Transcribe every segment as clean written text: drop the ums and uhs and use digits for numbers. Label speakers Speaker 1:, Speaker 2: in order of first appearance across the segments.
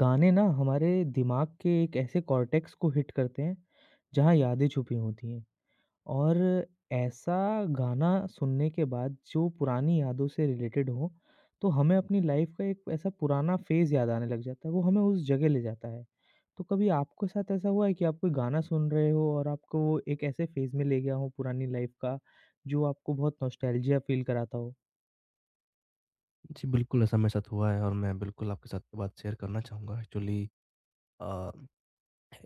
Speaker 1: गाने ना हमारे दिमाग के एक ऐसे कॉर्टेक्स को हिट करते हैं, जहाँ यादें छुपी होती हैं और ऐसा गाना सुनने के बाद जो पुरानी यादों से रिलेटेड हो, तो हमें अपनी लाइफ का एक ऐसा पुराना फेज़ याद आने लग जाता है, वो हमें उस जगह ले जाता है। तो कभी आपके साथ ऐसा हुआ है कि आप कोई गाना सुन रहे हो और आपको वो एक ऐसे फेज़ में ले गया हो पुरानी लाइफ का, जो आपको बहुत नॉस्टैल्जिया फ़ील कराता हो?
Speaker 2: जी, बिल्कुल ऐसा मेरे साथ हुआ है और मैं बिल्कुल आपके साथ ये बात शेयर करना चाहूँगा। एक्चुअली, अ,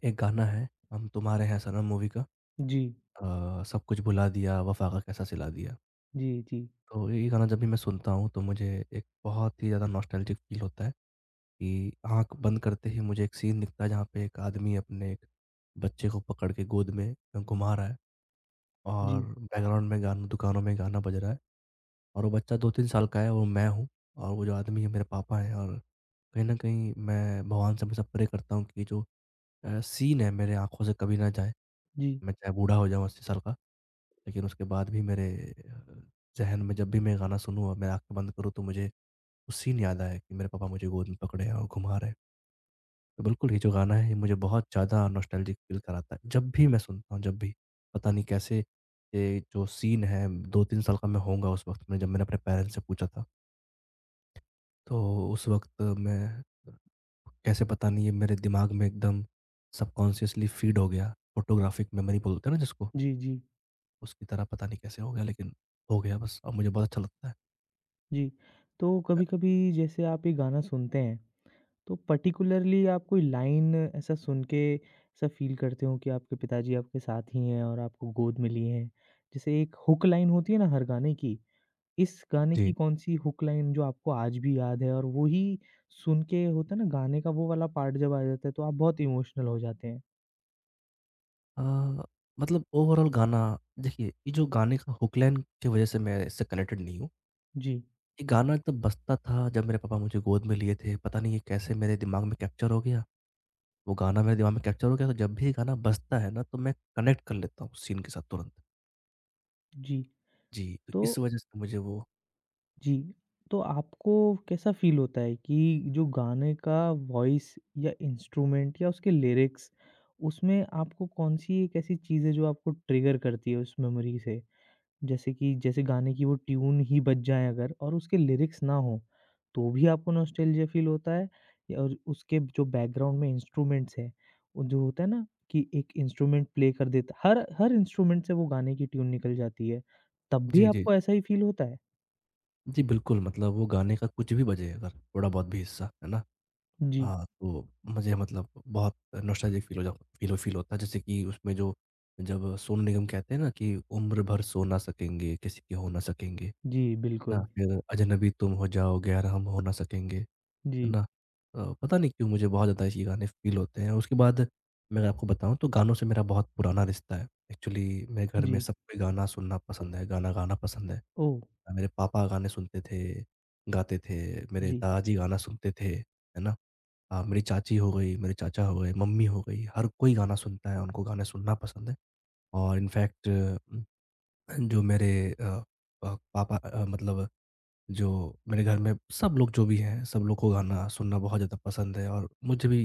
Speaker 2: एक गाना है हम तुम्हारे हैं सनम मूवी का,
Speaker 1: जी,
Speaker 2: सब कुछ भुला दिया वफ़ा का कैसा सिला दिया।
Speaker 1: जी, जी,
Speaker 2: तो ये गाना जब भी मैं सुनता हूँ तो मुझे एक बहुत ही ज़्यादा नॉस्टैल्जिक फ़ील होता है, कि आँख बंद करते ही मुझे एक सीन दिखता है जहाँ पे एक आदमी अपने एक बच्चे को पकड़ के गोद में घुमा रहा है, और
Speaker 1: जी,
Speaker 2: बैकग्राउंड में गाना, दुकानों में गाना बज रहा है। और वो बच्चा 2-3 साल का है, वो मैं हूँ, और वो जो आदमी है मेरे पापा हैं, और कहीं न कहीं मैं भगवान से हमेशा प्रे करता हूँ कि जो सीन है मेरे आँखों से कभी ना जाए।
Speaker 1: जी,
Speaker 2: मैं चाहे बूढ़ा हो जाऊँ 80 साल का, लेकिन उसके बाद भी मेरे अ, ज़हन में जब भी मैं गाना सुनूँ और मैं आँखें बंद करूँ, तो मुझे वो सीन याद आए कि मेरे पापा मुझे गोद में पकड़े हैं और घुमा रहे हैं। तो बिल्कुल ये जो गाना है, ये मुझे बहुत ज़्यादा नॉस्टैल्जिक फ़ील कराता है। जब भी मैं सुनता हूँ, जब भी, पता नहीं कैसे, ये जो सीन है, 2-3 साल का मैं होऊँगा उस वक़्त में, जब मैंने अपने पेरेंट्स से पूछा था। तो उस वक़्त मैं, कैसे पता नहीं, ये मेरे दिमाग में एकदम सबकॉन्शियसली फ़ीड हो गया। फोटोग्राफिक मेमोरी बोलते हैं ना जिसको,
Speaker 1: जी, जी।
Speaker 2: उसकी तरह पता नहीं कैसे हो गया, लेकिन हो गया बस, और मुझे बहुत अच्छा लगता है।
Speaker 1: जी, तो
Speaker 2: अ,
Speaker 1: कभी-कभी जैसे आप ये गाना सुनते हैं, तो पर्टिकुलरली आप कोई लाइन ऐसा सुन के ऐसा फ़ील करते हो कि आपके पिताजी आपके साथ ही हैं और आपको गोद में लिए हैं? जैसे एक हुक लाइन होती है ना हर गाने की, इस गाने
Speaker 2: जी।
Speaker 1: की कौन-सी हुक लाइन जो आपको आज भी याद है और वो ही सुन के होता है ना गाने का वो वाला पार्ट जब आ जाता है तो आप बहुत इमोशनल हो जाते हैं?
Speaker 2: अ, मतलब ओवरॉल गाना, देखिए, ये जो गाने का हुक लाइन की वज़ह से मैं इससे कनेक्टेड नहीं हूँ।
Speaker 1: जी,
Speaker 2: ये गाना तब बजता था जब मेरे पापा मुझे गोद में लिए थे, पता नहीं ये कैसे मेरे दिमाग में कैप्चर हो गया। वो गाना मेरे दिमाग में कैप्चर हो गया, तो जब भी ये गाना बजता है ना, तो मैं कनेक्ट कर लेता हूँ उस सीन के साथ तुरंत।
Speaker 1: जी।
Speaker 2: जी, तो
Speaker 1: तो
Speaker 2: इस वजह से मुझे वो,
Speaker 1: जी, तो आपको कैसा फ़ील होता है कि जो गाने का वॉइस या इंस्ट्रूमेंट या उसके लिरिक्स, उसमें आपको कौन-सी एक ऐसी चीज़ है जो आपको ट्रिगर करती है उस मेमोरी से? जैसे कि जैसे गाने की वो ट्यून ही बज जाए अगर और उसके लिरिक्स ना हों, तो भी आपको नॉस्टैल्जिया फ़ील होता है? या और उसके जो बैकग्राउंड में इंस्ट्रूमेंट्स हैं, वो जो होता है ना कि एक इंस्ट्रूमेंट प्ले कर देता हर हर इंस्ट्रूमेंट से वो गाने की ट्यून निकल जाती है, तब भी
Speaker 2: जी, जी।
Speaker 1: आपको ऐसा ही फ़ील होता है?
Speaker 2: जी, बिल्कुल, मतलब वो गाने का कुछ भी बजे अगर, थोड़ा बहुत भी हिस्सा, है ना?
Speaker 1: जी।
Speaker 2: हाँ, तो मुझे मतलब बहुत नॉस्टैल्जिक फ़ील हो जा फ़ील फ़ील होता है, जैसे कि उसमें जो, जब सोनू निगम कहते हैं ना कि उम्र भर सो ना सकेंगे, किसी के हो ना सकेंगे, है
Speaker 1: जी,
Speaker 2: ना?
Speaker 1: बिल्कुल।
Speaker 2: फिर अजनबी तुम हो जाओगे यार, हम हो ना सकेंगे, है
Speaker 1: जी,
Speaker 2: ना? पता नहीं क्यों मुझे बहुत ज़्यादा ये गाने फ़ील होते हैं। उसके बाद मैं आपको बताऊँ, तो गानों से मेरा बहुत पुराना रिश्ता है। एक्चुअली मेरे घर में
Speaker 1: जी।
Speaker 2: सबको गाना सुनना पसंद है, गाना गाना पसंद है।
Speaker 1: ओह!
Speaker 2: मेरे पापा गाने सुनते थे, गाते थे, मेरे
Speaker 1: जी,
Speaker 2: दादाजी गाना सुनते थे, है ना? मेरी चाची हो गई, मेरे चाचा हो गए, मम्मी हो गई, हर कोई गाना सुनता है, उनको गाना सुनना पसंद है। और इनफैक्ट, जो मेरे अ पापा, मतलब, जो मेरे घर में सब लोग जो भी हैं, सब लोग को गाना सुनना बहुत ज़्यादा पसंद है, और मुझे भी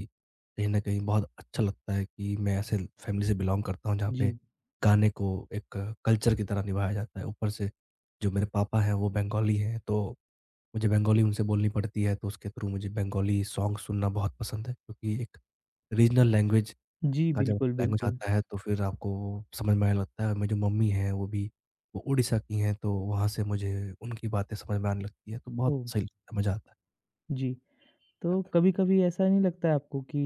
Speaker 2: कहीं न कहीं बहुत अच्छा लगता है कि मैं ऐसे फैमिली से बिलॉन्ग करता हूँ जहाँ पे
Speaker 1: जी।
Speaker 2: गाने को एक कल्चर की तरह निभाया जाता है। ऊपर से जो मेरे पापा हैं वो बंगाली हैं, तो मुझे बंगाली उनसे बोलनी पड़ती है, तो उसके थ्रू मुझे बंगाली सॉन्ग सुनना बहुत पसंद है, क्योंकि एक रीजनल लैंग्वेज
Speaker 1: जी,
Speaker 2: का जब
Speaker 1: बिल्कुल,
Speaker 2: लैंग्वेज
Speaker 1: बिल्कुल।
Speaker 2: आता है, तो फिर आपको समझ में आने लगता है। मेरी जो मम्मी हैं वो भी, वो उड़ीसा की हैं, तो वहाँ से मुझे उनकी बातें समझ में आने लगती है, तो बहुत
Speaker 1: ओह!
Speaker 2: सही लगता है, मज़ा आता है।
Speaker 1: जी। तो कभी-कभी ऐसा नहीं लगता है आपको कि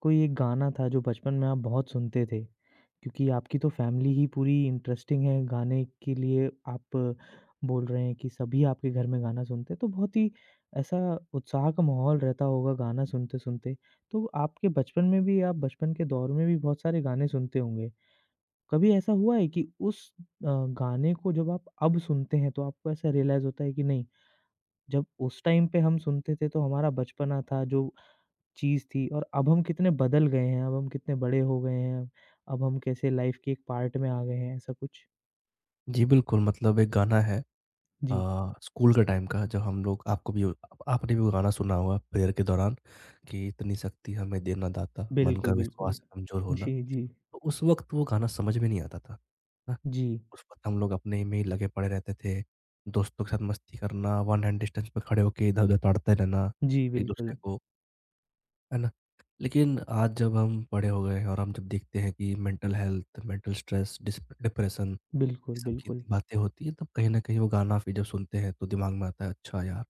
Speaker 1: कोई एक गाना था जो बचपन में आप बहुत सुनते थे? क्योंकि आपकी तो फैमिली ही पूरी इंटरेस्टिंग है गाने के लिए आप बोल रहे हैं कि सभी आपके घर में गाना सुनते हैं, तो बहुत ही ऐसा उत्साह का माहौल रहता होगा गाना सुनते-सुनते। तो आपके बचपन में भी आप बचपन के दौर में भी बहुत सारे गाने सुनते होंगे? कभी ऐसा हुआ है कि उस गाने को जब आप अब सुनते हैं तो आपको ऐसा रियलाइज़ होता है कि नहीं, जब उस टाइम पे हम सुनते थे तो हमारा बचपना था जो चीज़ थी और अब हम कितने बदल गए हैं, अब हम कितने बड़े हो गए हैं, अब हम कैसे लाइफ़ के एक पार्ट में आ गए हैं, ऐसा कुछ?
Speaker 2: जी, बिल्कुल, मतलब एक गाना है
Speaker 1: जी,
Speaker 2: स्कूल के टाइम का, जब हम लोग, आपको भी, आपने भी वो गाना सुना होगा प्रेयर के दौरान, कि इतनी शक्ति हमें दे ना दाता, मन
Speaker 1: बिल्कुल,
Speaker 2: का
Speaker 1: बिल्कुल।
Speaker 2: विश्वास कमज़ोर होना।
Speaker 1: जी, जी।
Speaker 2: तो उस वक़्त वो गाना समझ में नहीं आता था, है ना?
Speaker 1: जी,
Speaker 2: उस वक़्त हम लोग अपने में ही लगे पड़े रहते थे, दोस्तों के साथ मस्ती करना, वन हैंड डिस्टेंस पे खड़े होके इधर-उधर ताड़ते रहना
Speaker 1: जी
Speaker 2: एक-दूसरे
Speaker 1: बिल्कुल।
Speaker 2: को, है ना? लेकिन आज जब हम बड़े हो गए हैं, और हम जब देखते हैं कि मेंटल हेल्थ, मेंटल स्ट्रेस, डिस्प डिप्रेशन, ये
Speaker 1: बिल्कुल,
Speaker 2: सब की
Speaker 1: बिल्कुल।
Speaker 2: इतनी बातें होती हैं, तब कहीं न कहीं वो गाना फिर जब सुनते हैं, तो दिमाग में आता है, अच्छा यार,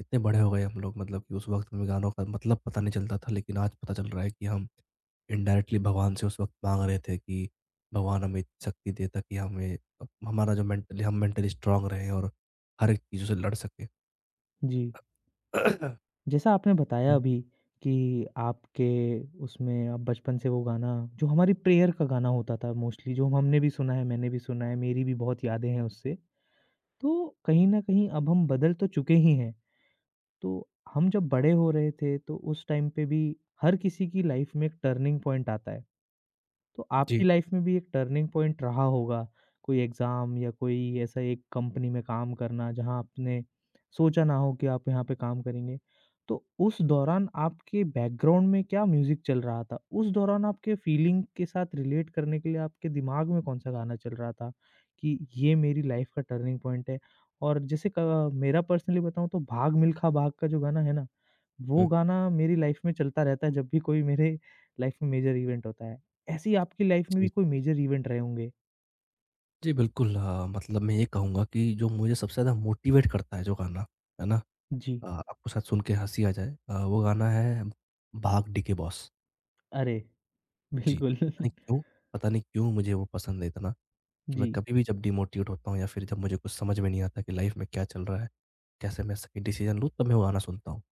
Speaker 2: इतने बड़े हो गए हम लोग, मतलब कि उस वक़्त में गानों का मतलब पता नहीं चलता था, लेकिन आज पता चल रहा है कि हम इनडायरेक्टली भगवान से उस वक़्त माँग रहे थे कि भगवान हमें इतनी शक्ति दे, ताकि हमें अप हमारा जो मेंटली, हम मेंटली स्ट्रॉन्ग रहें, और हर एक चीज़ों से लड़ सकें।
Speaker 1: जी। जैसा आपने बताया
Speaker 2: हुँ,
Speaker 1: अभी कि आपके उसमें आप बचपन से वो गाना जो हमारी प्रेयर का गाना होता था मोस्टली जो हम हमने भी सुना है मैंने भी सुना है मेरी भी बहुत यादें हैं उससे। तो कहीं न कहीं अब हम बदल तो चुके ही हैं। तो हम जब बड़े हो रहे थे तो उस टाइम पे भी हर किसी की लाइफ़ में एक टर्निंग पॉइंट आता है। तो आपकी
Speaker 2: जी।
Speaker 1: लाइफ में भी एक टर्निंग पॉइंट रहा होगा, कोई एग्ज़ाम या कोई ऐसा एक कंपनी में काम करना जहाँ आपने सोचा ना हो कि आप यहाँ पे काम करेंगे। तो उस दौरान आपके बैकग्राउंड में क्या म्यूज़िक चल रहा था? उस दौरान आपके फीलिंग के साथ रिलेट करने के लिए आपके दिमाग में कौन-सा गाना चल रहा था कि ये मेरी लाइफ का टर्निंग पॉइंट है? और जैसे क मेरा पर्सनली बताऊँ तो भाग मिल्खा भाग का जो गाना है ना, वो
Speaker 2: हुँ।
Speaker 1: गाना मेरी लाइफ में चलता रहता है जब भी कोई मेरे लाइफ में मेजर इवेंट होता है। ऐसी आपकी लाइफ में भी
Speaker 2: जी,
Speaker 1: कोई मेजर इवेंट रहे होंगे?
Speaker 2: जी, बिल्कुल, मतलब मैं ये कहूँगा कि जो मुझे सबसे ज़्यादा मोटिवेट करता है जो गाना, है ना?
Speaker 1: जी।
Speaker 2: आपको शायद सुन के हँसी आ जाए, वो गाना है भाग डी के बॉस।
Speaker 1: अरे!
Speaker 2: जी,
Speaker 1: बिल्कुल।
Speaker 2: पता नहीं क्यों पता नहीं क्यों मुझे वो पसंद है इतना, कि मैं
Speaker 1: जी,
Speaker 2: कभी भी जब डिमोटिवेट होता हूँ, या फिर जब मुझे कुछ समझ में नहीं आता कि लाइफ में क्या चल रहा है, कैसे मैं सही डिसीज़न लूँ, तब मैं वो गाना सुनता हूँ।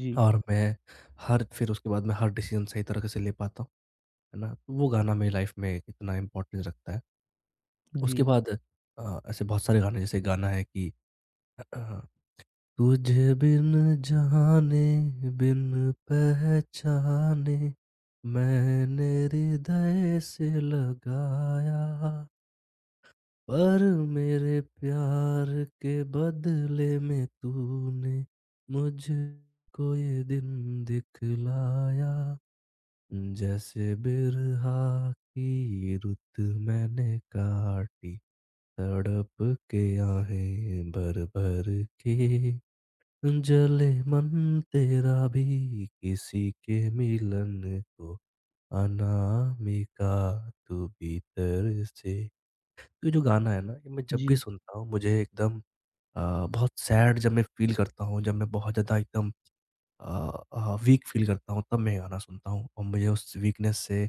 Speaker 1: जी,
Speaker 2: और मैं हर फिर उसके बाद मैं हर डिसीज़न सही तरीके से ले पाता हूँ, है ना? तो वो गाना मेरी लाइफ में इतना इम्पोर्टेंस रखता है। उसके
Speaker 1: जी,
Speaker 2: बाद, ऐसे बहुत सारे गाने, जैसे गाना है कि, तुझे बिन जाने, बिन पहचाने, मैंने हृदय से लगाया, पर मेरे प्यार के बदले में तूने मुझको ये दिन दिखलाया, जैसे बिरहा की रुत मैंने काटी, तड़प के आहें भर भर के, जले मन तेरा भी किसी के मिलन को, अनामिका, तू भीतर से। ये जो गाना है ना, ये मैं जब भी
Speaker 1: जी।
Speaker 2: सुनता हूँ मुझे एकदम, बहुत सैड जब मैं फील करता हूँ, जब मैं बहुत ज़्यादा एकदम वीक फील करता हूँ, तब मैं ये गाना सुनता हूँ, और मुझे उस वीकनेस से,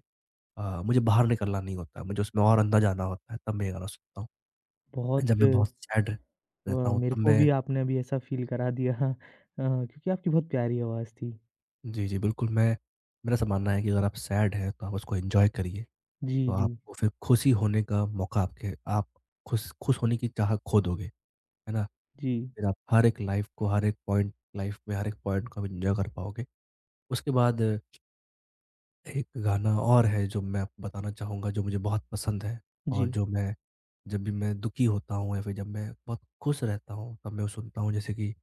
Speaker 2: मुझे बाहर निकलना नहीं होता है, मुझे उसमें और अंदर जाना होता है, तब मैं ये गाना सुनता हूँ,
Speaker 1: बहुत
Speaker 2: जब मैं बहुत सैड रहता हूँ,
Speaker 1: मेरे
Speaker 2: तब
Speaker 1: को भी
Speaker 2: मैं,
Speaker 1: आपने अभी ऐसा फ़ील करा दिया क्योंकि आपकी बहुत प्यारी आवाज़ थी।
Speaker 2: जी, जी, बिल्कुल, मैं, मेरा ऐसा मानना है कि अगर आप सैड हैं, तो आप उसको एन्जॉय करिए,
Speaker 1: जी,
Speaker 2: तो
Speaker 1: जी,
Speaker 2: आपको फिर खुशी होने का मौका, आपके आप खुश खुश होने की चाह खो दोगे, है ना?
Speaker 1: जी,
Speaker 2: फिर आप हर एक लाइफ़ को, हर एक पॉइंट लाइफ़ में हर एक पॉइंट को आप एन्जॉय कर पाओगे। उसके बाद एक गाना और है, जो मैं आपको बताना चाहूँगा, जो मुझे बहुत पसंद है, और
Speaker 1: जी।
Speaker 2: जो मैं, जब भी मैं दुखी होता हूँ, या फिर जब मैं बहुत खुश रहता हूँ, तब मैं वो सुनता हूँ, जैसे कि,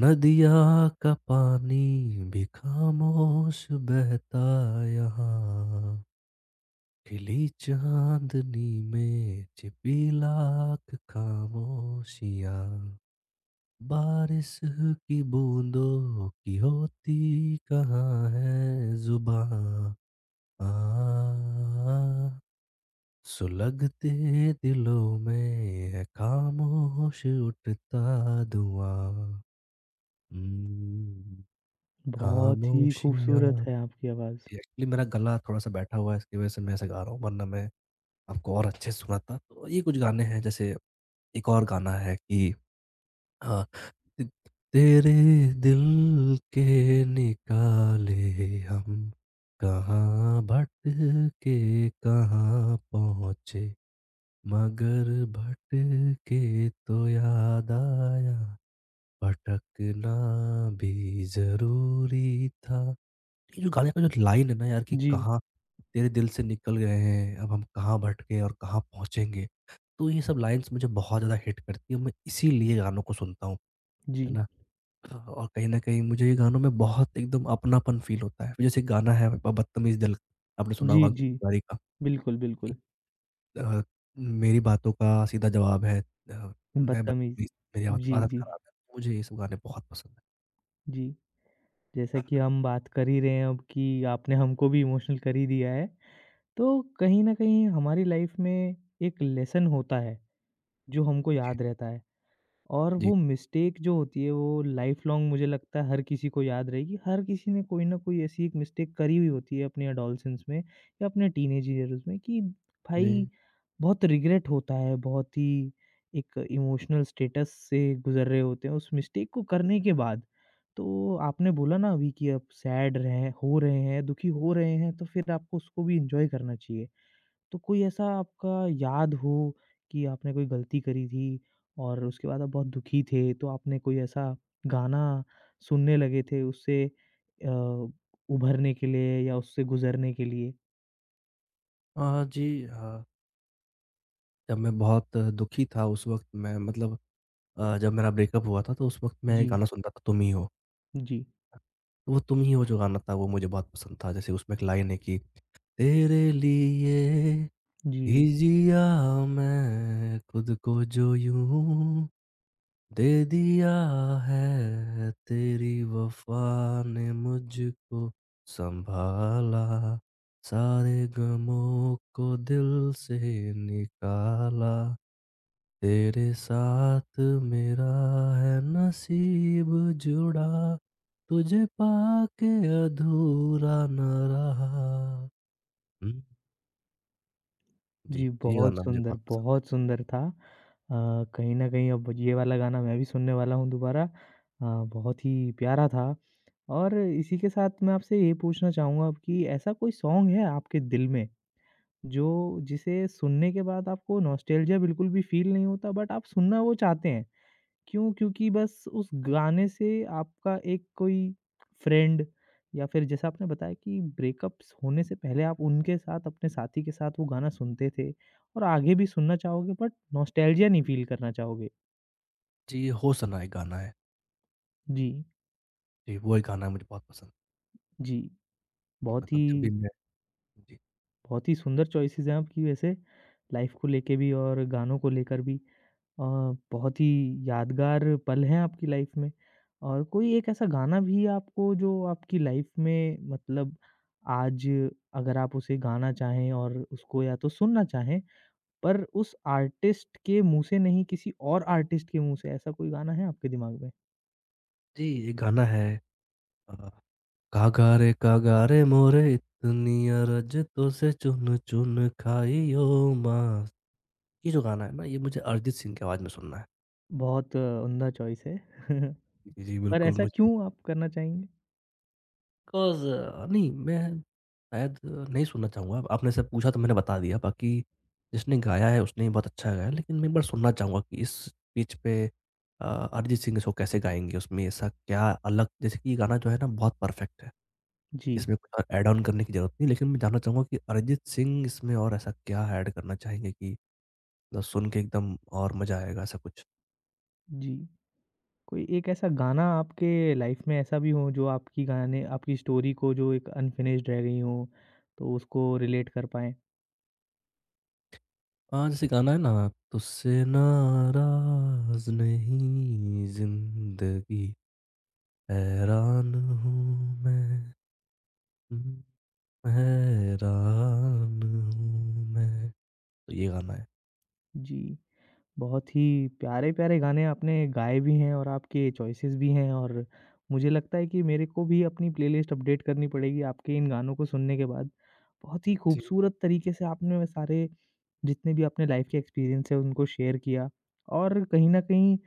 Speaker 2: नदिया का पानी भी खामोश बहता यहाँ, खिली चांदनी में छिपी लाख खामोशियाँ, बारिश की बूंदों की होती कहाँ है जुबां, आ, सुलगते दिलों में है खामोश उठता धुआं, हम्म,
Speaker 1: बहुत ही
Speaker 2: खामोशियाँ।
Speaker 1: खूबसूरत है आपकी आवाज़।
Speaker 2: एक्चुअली मेरा गला थोड़ा-सा बैठा हुआ है, इसकी वज़ह से मैं ऐसे गा रहा हूँ, वरना मैं आपको और अच्छे से सुनाता। तो ये कुछ गाने हैं, जैसे एक और गाना है कि, अ, त तेरे दिल के निकाले हम, कहाँ भटके, कहाँ पहुँचे, मगर भटके तो याद आया, भटकना भी ज़रूरी था। ये जो गाने का जो लाइन है ना यार, कि
Speaker 1: जी,
Speaker 2: कहाँ तेरे दिल से निकल गए हैं, अब हम कहाँ भटके और कहाँ पहुँचेंगे। तो ये सब लाइन्स मुझे बहुत ज़्यादा हिट करती है, मैं इसीलिए गानों को सुनता हूँ, है
Speaker 1: जी,
Speaker 2: ना? और कहीं न कहीं मुझे ये गानों में बहुत एकदम अपनापन फ़ील होता है। जैसे गाना है ब बदतमीज़ दिल, आपने सुना
Speaker 1: जी,
Speaker 2: होगा अंकित
Speaker 1: जी।
Speaker 2: तिवारी का,
Speaker 1: बिल्कुल,
Speaker 2: कि,
Speaker 1: बिल्कुल।
Speaker 2: अ, मेरी बातों का सीधा जवाब है, मैं
Speaker 1: बदतमीज़।
Speaker 2: बदतमीज़, मेरी आदत
Speaker 1: जी,
Speaker 2: आदत
Speaker 1: जी,
Speaker 2: खराब है। मुझे ये सब गाने बहुत पसंद हैं।
Speaker 1: जी। जैसा कि हम बात कर ही रहे हैं अब कि आपने हमको भी इमोशनल कर ही दिया है। तो कहीं न कहीं हमारी लाइफ़ में एक लेसन होता है, जो हमको
Speaker 2: जी,
Speaker 1: याद रहता है और
Speaker 2: जी।
Speaker 1: वो मिस्टेक जो होती है वो लाइफ़ लॉन्ग मुझे लगता है हर किसी को याद रहेगी। हर किसी ने कोई न कोई ऐसी एक मिस्टेक करी हुई होती है अपने एडोलसेंस में या अपने टीनेज ईयर्स में कि
Speaker 2: जी।
Speaker 1: भाई बहुत रिग्रेट होता है, बहुत ही एक इमोशनल स्टेटस से गुज़र रहे होते हैं उस मिस्टेक को करने के बाद। तो आपने बोला ना अभी कि आप सैड रहे हो रहे हैं, दुखी हो रहे हैं तो फिर आपको उसको भी एन्जॉय करना चाहिए। तो कोई ऐसा आपका याद हो कि आपने कोई गलती करी थी और उसके बाद आप बहुत दुखी थे, तो आपने कोई ऐसा गाना सुनने लगे थे उससे अ, उभरने के लिए या उससे गुज़रने के लिए?
Speaker 2: जी, जब मैं बहुत दुखी था, उस वक़्त मैं, मतलब, जब मेरा ब्रेकअप हुआ था, तो उस वक़्त मैं
Speaker 1: जी,
Speaker 2: गाना सुनता था, तुम ही हो।
Speaker 1: जी,
Speaker 2: तो वो तुम ही हो जो गाना था, वो मुझे बहुत पसंद था। जैसे उसमें एक लाइन है कि, तेरे लिए
Speaker 1: जी,
Speaker 2: ही जिया मैं, खुद को जो यूँ दे दिया, है तेरी वफ़ा ने मुझको सँभाला, सारे गमों को दिल से निकाला। तेरे साथ मेरा है नसीब जुड़ा, तुझे पाके अधूरा ना रहा, हुँ, जी,
Speaker 1: जी,
Speaker 2: तो ये गाना मुझे बहुत पसंद है।
Speaker 1: बहुत सुंदर था। कहीं न कहीं अब ये वाला गाना मैं भी सुनने वाला हूँ दोबारा। बहुत ही प्यारा था और इसी के साथ मैं आपसे ये पूछना चाहूँगा अब कि ऐसा कोई सॉन्ग है आपके दिल में जो जिसे सुनने के बाद आपको नॉस्टैल्जिया बिल्कुल भी फ़ील नहीं होता बट आप सुनना वो चाहते हैं। क्यों? क्योंकि बस उस गाने से आपका एक कोई फ्रेंड या फिर जैसा आपने बताया कि ब्रेकअप्स होने से पहले आप उनके साथ, अपने साथी के साथ वो गाना सुनते थे और आगे भी सुनना चाहोगे बट नॉस्टैल्जिया नहीं फ़ील करना चाहोगे।
Speaker 2: जी, होशना एक गाना है।
Speaker 1: जी,
Speaker 2: जी, वो एक गाना मुझे बहुत पसंद
Speaker 1: जी।
Speaker 2: है।
Speaker 1: बहुत
Speaker 2: मतलब जब भी
Speaker 1: ही
Speaker 2: मैं, जी,
Speaker 1: बहुत ही सुंदर चॉइसेस हैं आपकी वैसे लाइफ़ को लेके भी और गानों को लेकर भी। अ, बहुत ही यादगार पल हैं आपकी लाइफ में? और कोई एक ऐसा गाना भी आपको जो आपकी लाइफ में मतलब आज अगर आप उसे गाना चाहें और उसको या तो सुनना चाहें, पर उस आर्टिस्ट के मुँह से नहीं किसी और आर्टिस्ट के मुँह से, ऐसा कोई गाना है आपके दिमाग में?
Speaker 2: जी, एक गाना है, अ, कागा रे मोरे, इतनी अरज तो से, चुन चुन खाइयो माँस। ये जो गाना है ना, ये मुझे अरिजीत सिंह की आवाज़ में सुनना है।
Speaker 1: बहुत उम्दा चॉइस है।
Speaker 2: जी, जी,
Speaker 1: पर
Speaker 2: बिल्कुल,
Speaker 1: ऐसा
Speaker 2: मुझे
Speaker 1: क्यों आप करना चाहेंगे?
Speaker 2: बिकॉज़, नहीं, मैं शायद नहीं सुनना चाहूँगा। आपने जैसे पूछा तो मैंने बता दिया, बाकी जिसने गाया है उसने बहुत अच्छा गाया है, लेकिन मैं एक बार सुनना चाहूँगा कि इस पिच पे अरिजीत सिंह इसको कैसे गाएँगे? उसमें ऐसा क्या अलग, जैसे कि ये गाना जो है ना बहुत परफ़ेक्ट है,
Speaker 1: जी,
Speaker 2: इसमें कुछ और ऐड ऑन करने की ज़रूरत नहीं है, लेकिन मैं जानना चाहूँगा कि अरिजीत सिंह इसमें और ऐसा क्या ऐड करना चाहेंगे, कि मतलब सुन के एकदम और मज़ा आएगा, ऐसा कुछ?
Speaker 1: जी। कोई एक ऐसा गाना आपके लाइफ में ऐसा भी हो जो आपकी गाने आपकी स्टोरी को जो एक अनफिनिश्ड रह गई हो, तो उसको रिलेट कर पाएँ?
Speaker 2: हाँ, जैसे गाना है ना, तुझसे नाराज़ नहीं ज़िंदगी, हैरान हूँ मैं, हुँ, हैरान हूँ मैं, तो ये गाना है।
Speaker 1: जी, बहुत ही प्यारे-प्यारे गाने आपने गाए भी हैं और आपके चॉइसेस भी हैं और मुझे लगता है कि मेरे को भी अपनी प्लेलिस्ट अपडेट करनी पड़ेगी आपके इन गानों को सुनने के बाद। बहुत ही
Speaker 2: जी,
Speaker 1: खूबसूरत तरीके से आपने वो सारे जितने भी अपने लाइफ के एक्सपीरियंस हैं उनको शेयर किया और कहीं न कहीं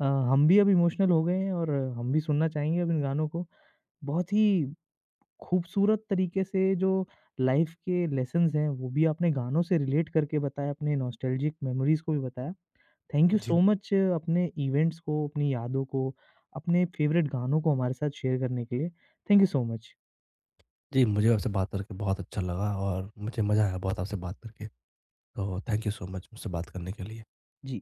Speaker 1: अ, हम भी अब इमोशनल हो गए हैं और हम भी सुनना चाहेंगे अब इन गानों को। बहुत ही खूबसूरत तरीके से जो लाइफ के लेसन्स हैं, वो भी आपने गानों से रिलेट करके बताया, अपने नॉस्टैल्जिक मेमोरीज़ को भी बताया। थैंक यू
Speaker 2: जी।
Speaker 1: सो मच अपने इवेंट्स को, अपनी यादों को, अपने फ़ेवरेट गानों को हमारे साथ शेयर करने के लिए। Thank you so much.
Speaker 2: जी, मुझे आपसे बात करके बहुत अच्छा लगा, और मुझे मज़ा आया बहुत आपसे बात करके। तो थैंक यू सो मच मुझसे बात करने के लिए।
Speaker 1: जी।